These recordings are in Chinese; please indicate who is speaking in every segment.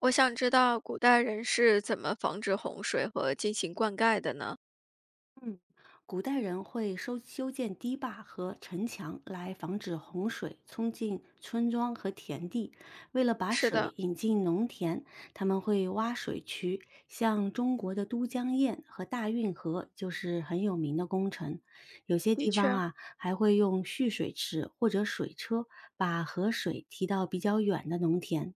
Speaker 1: 我想知道古代人是怎么防止洪水和进行灌溉的呢？
Speaker 2: 嗯，古代人会修建堤坝和城墙来防止洪水冲进村庄和田地。为了把
Speaker 1: 是的，
Speaker 2: 水引进农田，他们会挖水渠，像中国的都江堰和大运河就是很有名的工程。有些
Speaker 1: 的
Speaker 2: 地方
Speaker 1: 确，
Speaker 2: 啊，还会用蓄水池或者水车把河水提到比较远的农田。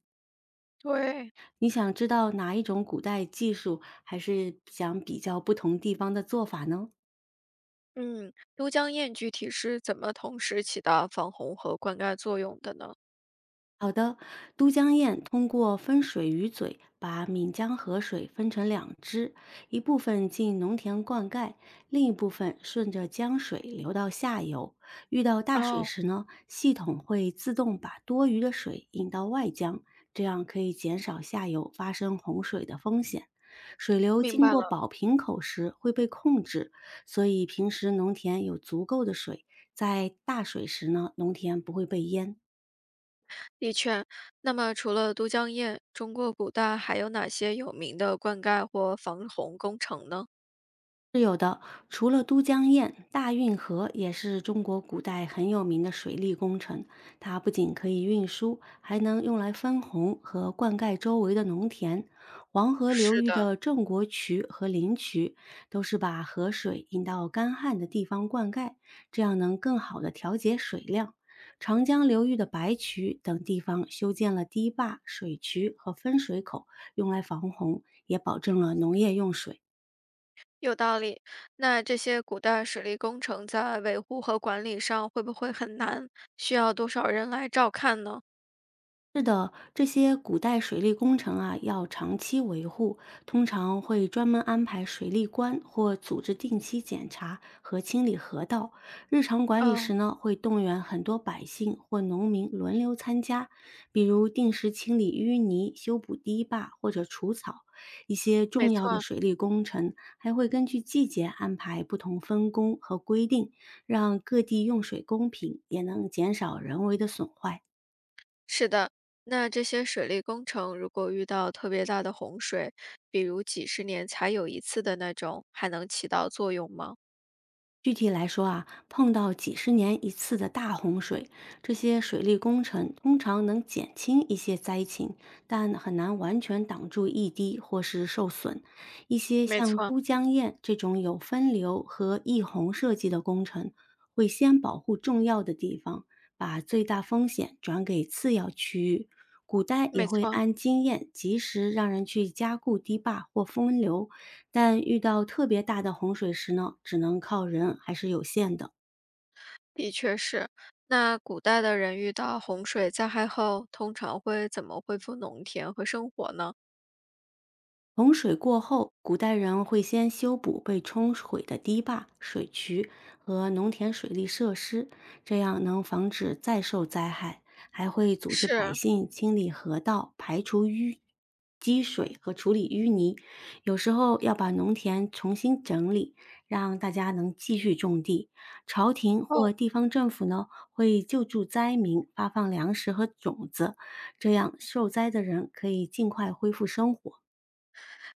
Speaker 1: 对，
Speaker 2: 你想知道哪一种古代技术，还是想比较不同地方的做法呢？
Speaker 1: 嗯，都江堰具体是怎么同时起到防洪和灌溉作用的呢？
Speaker 2: 好的，都江堰通过分水鱼嘴，把岷江河水分成两支，一部分进农田灌溉，另一部分顺着江水流到下游。遇到大水
Speaker 1: 哦，
Speaker 2: 时呢，系统会自动把多余的水引到外江，这样可以减少下游发生洪水的风险。水流
Speaker 1: 明
Speaker 2: 经
Speaker 1: 白
Speaker 2: 过
Speaker 1: 了。
Speaker 2: 宝瓶口时会被控制，所以平时农田有足够的水，在大水时呢，农田不会被淹。
Speaker 1: 的确，那么除了都江堰，中国古代还有哪些有名的灌溉或防洪工程呢？
Speaker 2: 是有的，除了都江堰，大运河也是中国古代很有名的水利工程。它不仅可以运输，还能用来分洪和灌溉周围的农田。黄河流
Speaker 1: 是
Speaker 2: 域
Speaker 1: 的，
Speaker 2: 的郑国渠和临渠都是把河水引到干旱的地方灌溉，这样能更好的调节水量。长江流域的白渠等地方修建了堤坝、水渠和分水口，用来防洪，也保证了农业用水。
Speaker 1: 有道理。那这些古代水利工程在维护和管理上会不会很难？需要多少人来照看呢？
Speaker 2: 是的，这些古代水利工程啊，要长期维护，通常会专门安排水利官或组织定期检查和清理河道。日常管理时
Speaker 1: 哦。
Speaker 2: 呢，会动员很多百姓或农民轮流参加，比如定时清理淤泥、修补堤坝或者除草。一些
Speaker 1: 没
Speaker 2: 重要的
Speaker 1: 错，
Speaker 2: 水利工程还会根据季节安排不同分工和规定，让各地用水公平，也能减少人为的损坏。
Speaker 1: 是的。那这些水利工程如果遇到特别大的洪水，比如几十年才有一次的那种，还能起到作用吗？
Speaker 2: 具体来说啊，碰到几十年一次的大洪水，这些水利工程通常能减轻一些灾情，但很难完全挡住溢滴或是受损。一些
Speaker 1: 没
Speaker 2: 像
Speaker 1: 错，
Speaker 2: 都江堰这种有分流和溢洪设计的工程，会先保护重要的地方，把最大风险转给次要区域。古代也
Speaker 1: 没
Speaker 2: 会
Speaker 1: 错，
Speaker 2: 按经验及时让人去加固堤坝或分流，但遇到特别大的洪水时呢，只能靠人还是有限的。
Speaker 1: 的确是。那古代的人遇到洪水灾害后，通常会怎么恢复农田和生活呢？
Speaker 2: 洪水过后，古代人会先修补被冲毁的堤坝、水渠和农田水利设施，这样能防止再受灾害。还会组织百
Speaker 1: 是，
Speaker 2: 姓清理河道、排除淤积水和处理淤泥。有时候要把农田重新整理，让大家能继续种地。朝廷或
Speaker 1: 哦，
Speaker 2: 地方政府呢，会救助灾民，发放粮食和种子，这样受灾的人可以尽快恢复生活。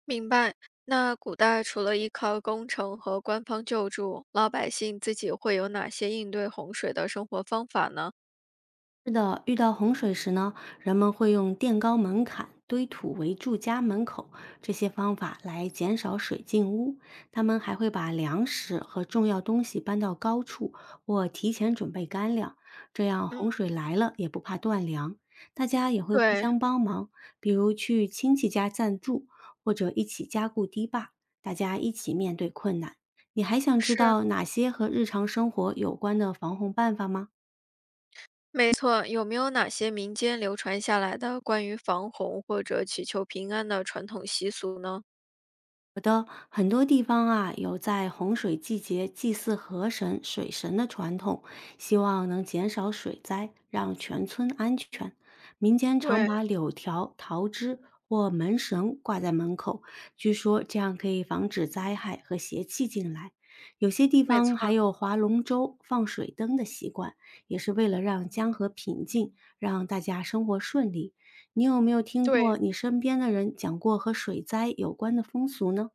Speaker 1: 明白。那古代除了依靠工程和官方救助，老百姓自己会有哪些应对洪水的生活方法呢？
Speaker 2: 是的，遇到洪水时呢，人们会用垫高门槛、堆土围住家门口这些方法来减少水进屋。他们还会把粮食和重要东西搬到高处，或提前准备干粮，这样洪
Speaker 1: 嗯，
Speaker 2: 水来了也不怕断粮。大家也会互
Speaker 1: 对，
Speaker 2: 相帮忙，比如去亲戚家暂住，或者一起加固堤坝，大家一起面对困难。你还想知
Speaker 1: 是。
Speaker 2: 道哪些和日常生活有关的防洪办法吗？
Speaker 1: 没错，有没有哪些民间流传下来的关于防洪或者祈求平安的传统习俗呢？
Speaker 2: 有的很多地方啊，有在洪水季节祭祀河神、水神的传统，希望能减少水灾，让全村安全。民间常把
Speaker 1: 对，
Speaker 2: 柳条、桃枝或门绳挂在门口，据说这样可以防止灾害和邪气进来。有些地
Speaker 1: 没
Speaker 2: 方还
Speaker 1: 错，
Speaker 2: 有划龙舟、放水灯的习惯，也是为了让江河平静，让大家生活顺利。你有没有听过
Speaker 1: 对，
Speaker 2: 你身边的人讲过和水灾有关的风俗呢？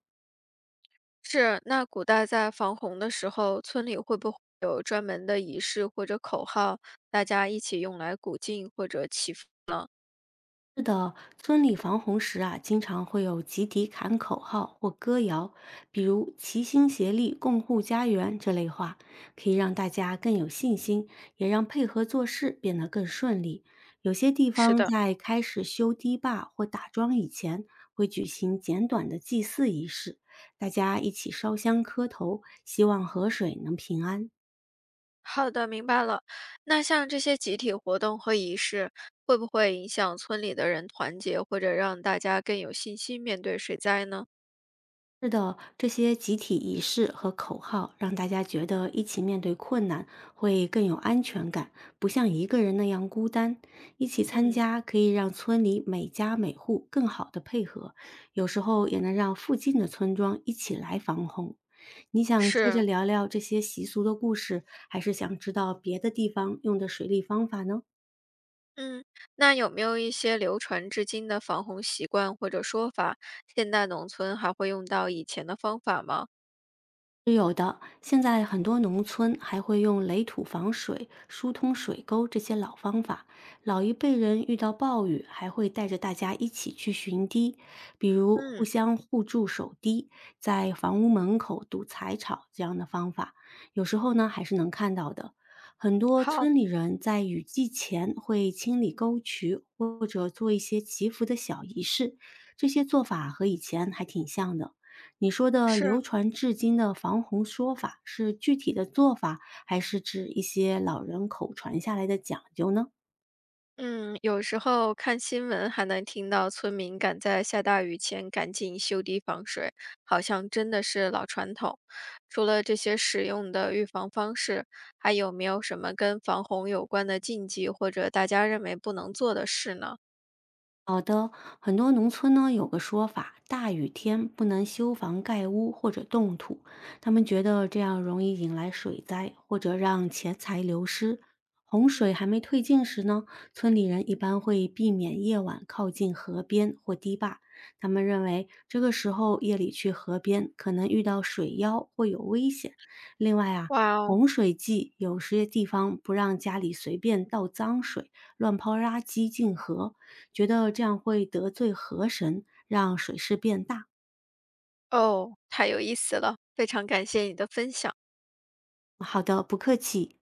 Speaker 1: 是。那古代在防洪的时候，村里会不会有专门的仪式或者口号，大家一起用来鼓劲或者祈福？
Speaker 2: 是的，村里防洪时啊，经常会有集体喊口号或歌谣，比如“齐心协力，共护家园”这类话，可以让大家更有信心，也让配合做事变得更顺利。有些地
Speaker 1: 是
Speaker 2: 方
Speaker 1: 的，
Speaker 2: 在开始修堤坝或打桩以前，会举行简短的祭祀仪式，大家一起烧香磕头，希望河水能平安。
Speaker 1: 好的，明白了。那像这些集体活动和仪式，会不会影响村里的人团结，或者让大家更有信心面对水灾呢？
Speaker 2: 是的，这些集体仪式和口号让大家觉得一起面对困难会更有安全感，不像一个人那样孤单。一起参
Speaker 1: 嗯，
Speaker 2: 加可以让村里每家每户更好的配合，有时候也能让附近的村庄一起来防洪。你想接着
Speaker 1: 是。
Speaker 2: 聊聊这些习俗的故事，还是想知道别的地方用的水利方法呢？
Speaker 1: 嗯，那有没有一些流传至今的防洪习惯或者说法？现代农村还会用到以前的方法吗？
Speaker 2: 是有的，现在很多农村还会用垒土防水、疏通水沟这些老方法。老一辈人遇到暴雨，还会带着大家一起去寻堤，比如互
Speaker 1: 嗯，
Speaker 2: 相互助守堤，在房屋门口堵柴草这样的方法，有时候呢还是能看到的。很多
Speaker 1: 好，
Speaker 2: 村里人在雨季前会清理沟渠，或者做一些祈福的小仪式，这些做法和以前还挺像的。你说的
Speaker 1: 是，
Speaker 2: 流传至今的防洪说法，是具体的做法，还是指一些老人口传下来的讲究呢？
Speaker 1: 嗯，有时候看新闻还能听到村民赶在下大雨前赶紧修堤防水，好像真的是老传统。除了这些实用的预防方式，还有没有什么跟防洪有关的禁忌或者大家认为不能做的事呢？
Speaker 2: 很多农村呢有个说法，大雨天不能修房盖屋或者动土，他们觉得这样容易引来水灾或者让钱财流失。洪水还没退尽时呢，村里人一般会避免夜晚靠近河边或堤坝，他们认为这个时候夜里去河边可能遇到水妖会有危险。另外啊。
Speaker 1: 哇哦，
Speaker 2: 洪水季，有些地方不让家里随便倒脏水、乱抛垃圾进河，觉得这样会得罪河神，让水势变大。
Speaker 1: 哦，太有意思了，非常感谢你的分享。
Speaker 2: 好的，不客气。